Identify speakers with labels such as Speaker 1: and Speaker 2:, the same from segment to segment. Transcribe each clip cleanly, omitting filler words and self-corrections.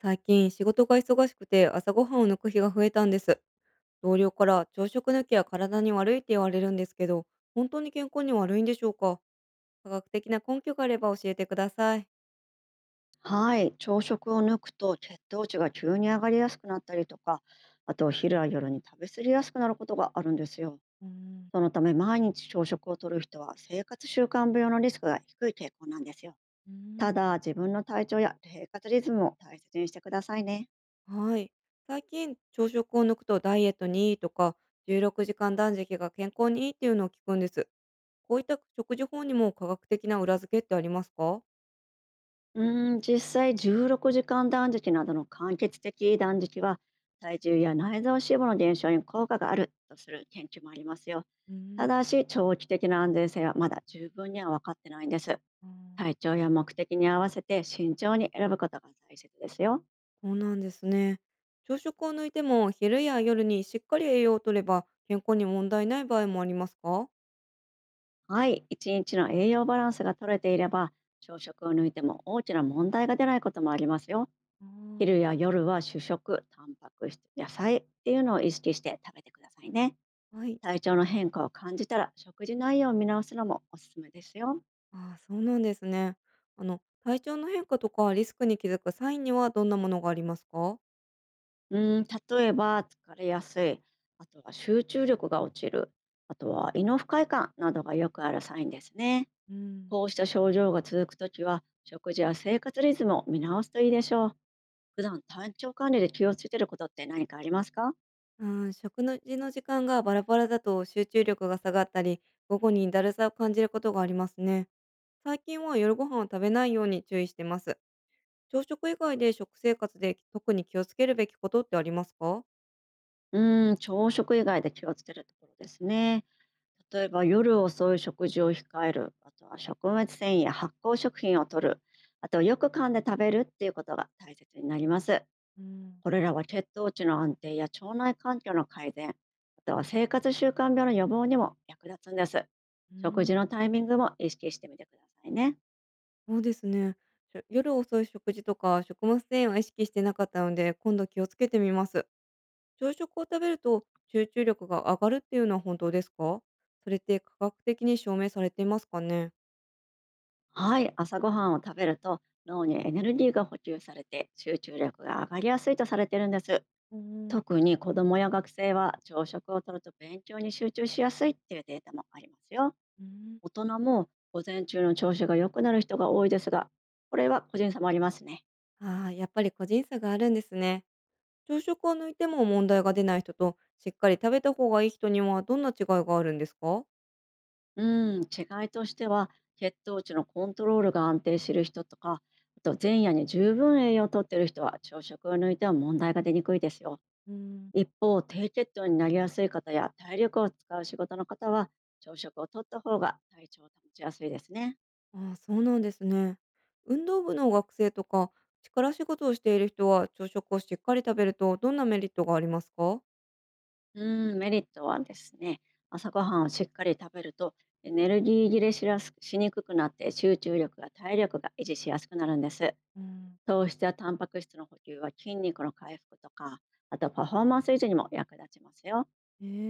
Speaker 1: 最近仕事が忙しくて朝ごはんを抜く日が増えたんです。同僚から朝食抜きは体に悪いって言われるんですけど、本当に健康に悪いんでしょうか？科学的な根拠があれば教えてください。
Speaker 2: はい、朝食を抜くと血糖値が急に上がりやすくなったりとか、あと昼や夜に食べ過ぎやすくなることがあるんですよ。
Speaker 1: うーん。
Speaker 2: そのため毎日朝食をとる人は生活習慣病のリスクが低い傾向なんですよ。
Speaker 1: うーん。
Speaker 2: ただ自分の体調や生活リズムを大切にしてくださいね。
Speaker 1: はい。最近朝食を抜くとダイエットにいいとか、16時間断食が健康にいいっていうのを聞くんです。こういった食事法にも科学的な裏付けってありますか？
Speaker 2: うーん、実際16時間断食などの間欠的断食は体重や内臓脂肪の減少に効果があるとする研究もありますよ。
Speaker 1: うー
Speaker 2: た
Speaker 1: ん。
Speaker 2: だし長期的な安全性はまだ十分には分かってないんです。
Speaker 1: あー。
Speaker 2: 体調や目的に合わせて慎重に選ぶことが大切ですよ。
Speaker 1: そうなんですね。朝食を抜いても昼や夜にしっかり栄養を取れば健康に問題ない場合もありますか？
Speaker 2: はい、一日の栄養バランスが取れていれば、朝食を抜いても大きな問題が出ないこともありますよ。
Speaker 1: あー。
Speaker 2: 昼や夜は主食、タンパク質、野菜っていうのを意識して食べてくださいね。
Speaker 1: はい。
Speaker 2: 体調の変化を感じたら食事内容を見直すのもおすすめですよ。
Speaker 1: ああ、そうなんですね。体調の変化とかリスクに気づくサインにはどんなものがありますか？
Speaker 2: うん、例えば疲れやすい、あとは集中力が落ちる、あとは胃の不快感などがよくあるサインですね。
Speaker 1: うん、
Speaker 2: こうした症状が続くときは、食事や生活リズムを見直すといいでしょう。普段体調管理で気をつけてることって何かありますか？
Speaker 1: うん、食事の時間がバラバラだと集中力が下がったり、午後にだるさを感じることがありますね。最近は夜ご飯を食べないように注意してます。朝食以外で食生活で特に気をつけるべきことってありますか？
Speaker 2: うーん、朝食以外で気をつけるところですね。例えば夜遅い食事を控える、あとは食物繊維や発酵食品を摂る、あとよく噛んで食べるっていうことが大切になります。
Speaker 1: うん、
Speaker 2: これらは血糖値の安定や腸内環境の改善、あとは生活習慣病の予防にも役立つんです。
Speaker 1: う
Speaker 2: 食
Speaker 1: ん、
Speaker 2: 事のタイミングも意識してみてくださいね。
Speaker 1: そうですね。夜遅い食事とか食物繊維は意識してなかったので、今度気をつけてみます。朝食を食べると集中力が上がるっていうのは本当ですか？それって科学的に証明されていますかね？
Speaker 2: はい、朝ごはんを食べると脳にエネルギーが補給されて集中力が上がりやすいとされているんです。
Speaker 1: うん。
Speaker 2: 特に子どもや学生は朝食をとると勉強に集中しやすいっていうデータもありますよ。
Speaker 1: うん。
Speaker 2: 大人も午前中の調子が良くなる人が多いですが、これは個人差もありますね。
Speaker 1: ああ、やっぱり個人差があるんですね。朝食を抜いても問題が出ない人と、しっかり食べた方がいい人にはどんな違いがあるんですか？
Speaker 2: うん、違いとしては血糖値のコントロールが安定している人とか、あと前夜に十分栄養をとっている人は朝食を抜いては問題が出にくいですよ。
Speaker 1: うーん。
Speaker 2: 一方、低血糖になりやすい方や体力を使う仕事の方は、朝食をとった方が体調を保ちやすいですね。
Speaker 1: ああ、そうなんですね。運動部の学生とか力仕事をしている人は朝食をしっかり食べるとどんなメリットがありますか？
Speaker 2: うん、メリットはですね、朝ごはんをしっかり食べると、エネルギー切れしやすしにくくなって集中力や体力が維持しやすくなるんです。
Speaker 1: うん、
Speaker 2: 糖質やタンパク質の補給は筋肉の回復とか、あとパフォーマンス維持にも役立ちますよ。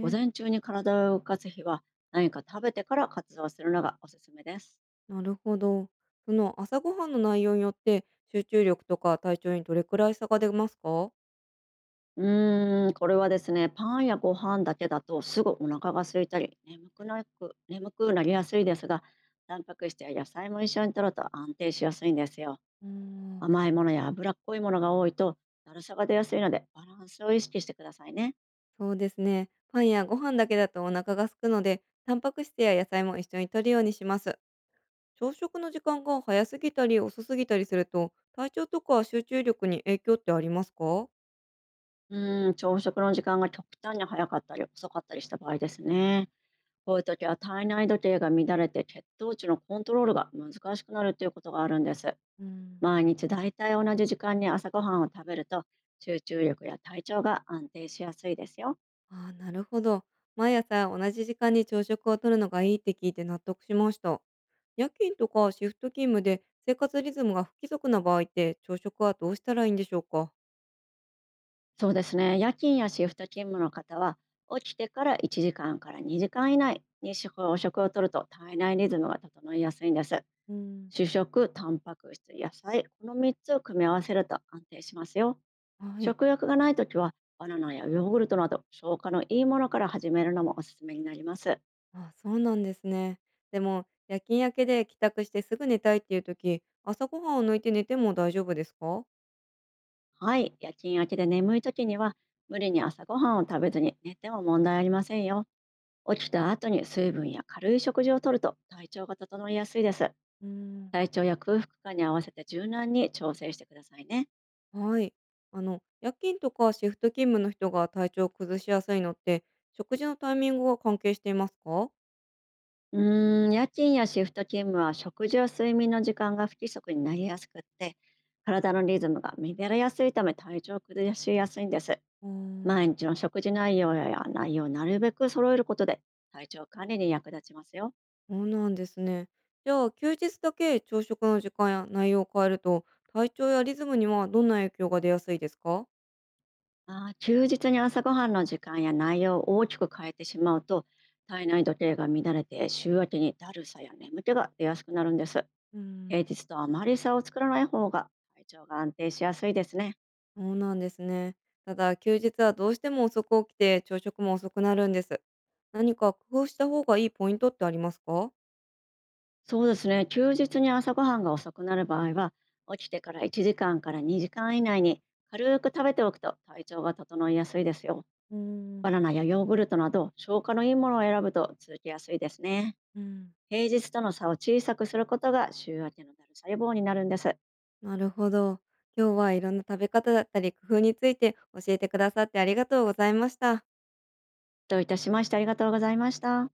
Speaker 2: 午前
Speaker 1: え、
Speaker 2: 中に体を動かす日は、何か食べてから活動するのがおすすめです。
Speaker 1: なるほど。その朝ごはんの内容によって集中力とか体調にどれくらい差が出ますか？
Speaker 2: うーん、これはですね、パンやご飯だけだとすぐお腹が空いたり、眠くなりやすいですが、タンパク質や野菜も一緒に摂ると安定しやすいんですよ。
Speaker 1: うん、
Speaker 2: 甘いものや脂っこいものが多いと、だるさが出やすいので、バランスを意識してくださいね。
Speaker 1: そうですね。パンやご飯だけだとお腹が空くので、タンパク質や野菜も一緒に摂るようにします。朝食の時間が早すぎたり遅すぎたりすると、体調とか集中力に影響ってありますか？
Speaker 2: うーん、朝食の時間が極端に早かったり遅かったりした場合ですね。こういう時は体内時計が乱れて血糖値のコントロールが難しくなるということがあるんです。
Speaker 1: うん。
Speaker 2: 毎日だいたい同じ時間に朝ごはんを食べると集中力や体調が安定しやすいですよ。
Speaker 1: ああ、なるほど。毎朝同じ時間に朝食をとるのがいいって聞いて納得しました。夜勤とかシフト勤務で生活リズムが不規則な場合って朝食はどうしたらいいんでしょうか？
Speaker 2: そうですね。夜勤やシフト勤務の方は起きてから1時間から2時間以内に食をとると体内リズムが整いやすいんです。
Speaker 1: うん。
Speaker 2: 主食、タンパク質、野菜、この3つを組み合わせると安定しますよ。
Speaker 1: はい。
Speaker 2: 食欲がないときはバナナやヨーグルトなど消化のいいものから始めるのもおすすめになります。
Speaker 1: あ、そうなんですね。でも、夜勤明けで帰宅してすぐ寝たいっていう時、朝ごはんを抜いて寝ても大丈夫ですか？
Speaker 2: はい、夜勤明けで眠い時には無理に朝ごはんを食べずに寝ても問題ありませんよ。起きた後に水分や軽い食事をとると体調が整いやすいです。
Speaker 1: うん。
Speaker 2: 体調や空腹感に合わせて柔軟に調整してくださいね。
Speaker 1: はい。夜勤とかシフト勤務の人が体調を崩しやすいのって、食事のタイミングが関係していますか？
Speaker 2: うーん、夜勤やシフト勤務は食事や睡眠の時間が不規則になりやすくって体のリズムが乱れやすいため体調を崩しやすいんです。
Speaker 1: うーん、
Speaker 2: 毎日の食事内容をなるべく揃えることで体調管理に役立ちますよ。
Speaker 1: そうなんですね。じゃあ、休日だけ朝食の時間や内容を変えると、体調やリズムにはどんな影響が出やすいですか？
Speaker 2: ああ、休日に朝ごはんの時間や内容を大きく変えてしまうと、体内時計が乱れて週明けにだるさや眠気が出やすくなるんです。
Speaker 1: う
Speaker 2: 平
Speaker 1: ん、
Speaker 2: 日とあまり差を作らない方が体調が安定しやすいですね。
Speaker 1: そうなんですね。ただ、休日はどうしても遅く起きて、朝食も遅くなるんです。何か工夫した方がいいポイントってありますか？
Speaker 2: そうですね。休日に朝ごはんが遅くなる場合は、起きてから1時間から2時間以内に軽く食べておくと体調が整いやすいですよ。
Speaker 1: うーん、
Speaker 2: バナナやヨーグルトなど消化のいいものを選ぶと続きやすいですね。
Speaker 1: うん、
Speaker 2: 平日との差を小さくすることが週明けのだるさ予防になるんです。
Speaker 1: なるほど。今日はいろんな食べ方だったり工夫について教えてくださってありがとうございました。
Speaker 2: どういたしまして、ありがとうございました。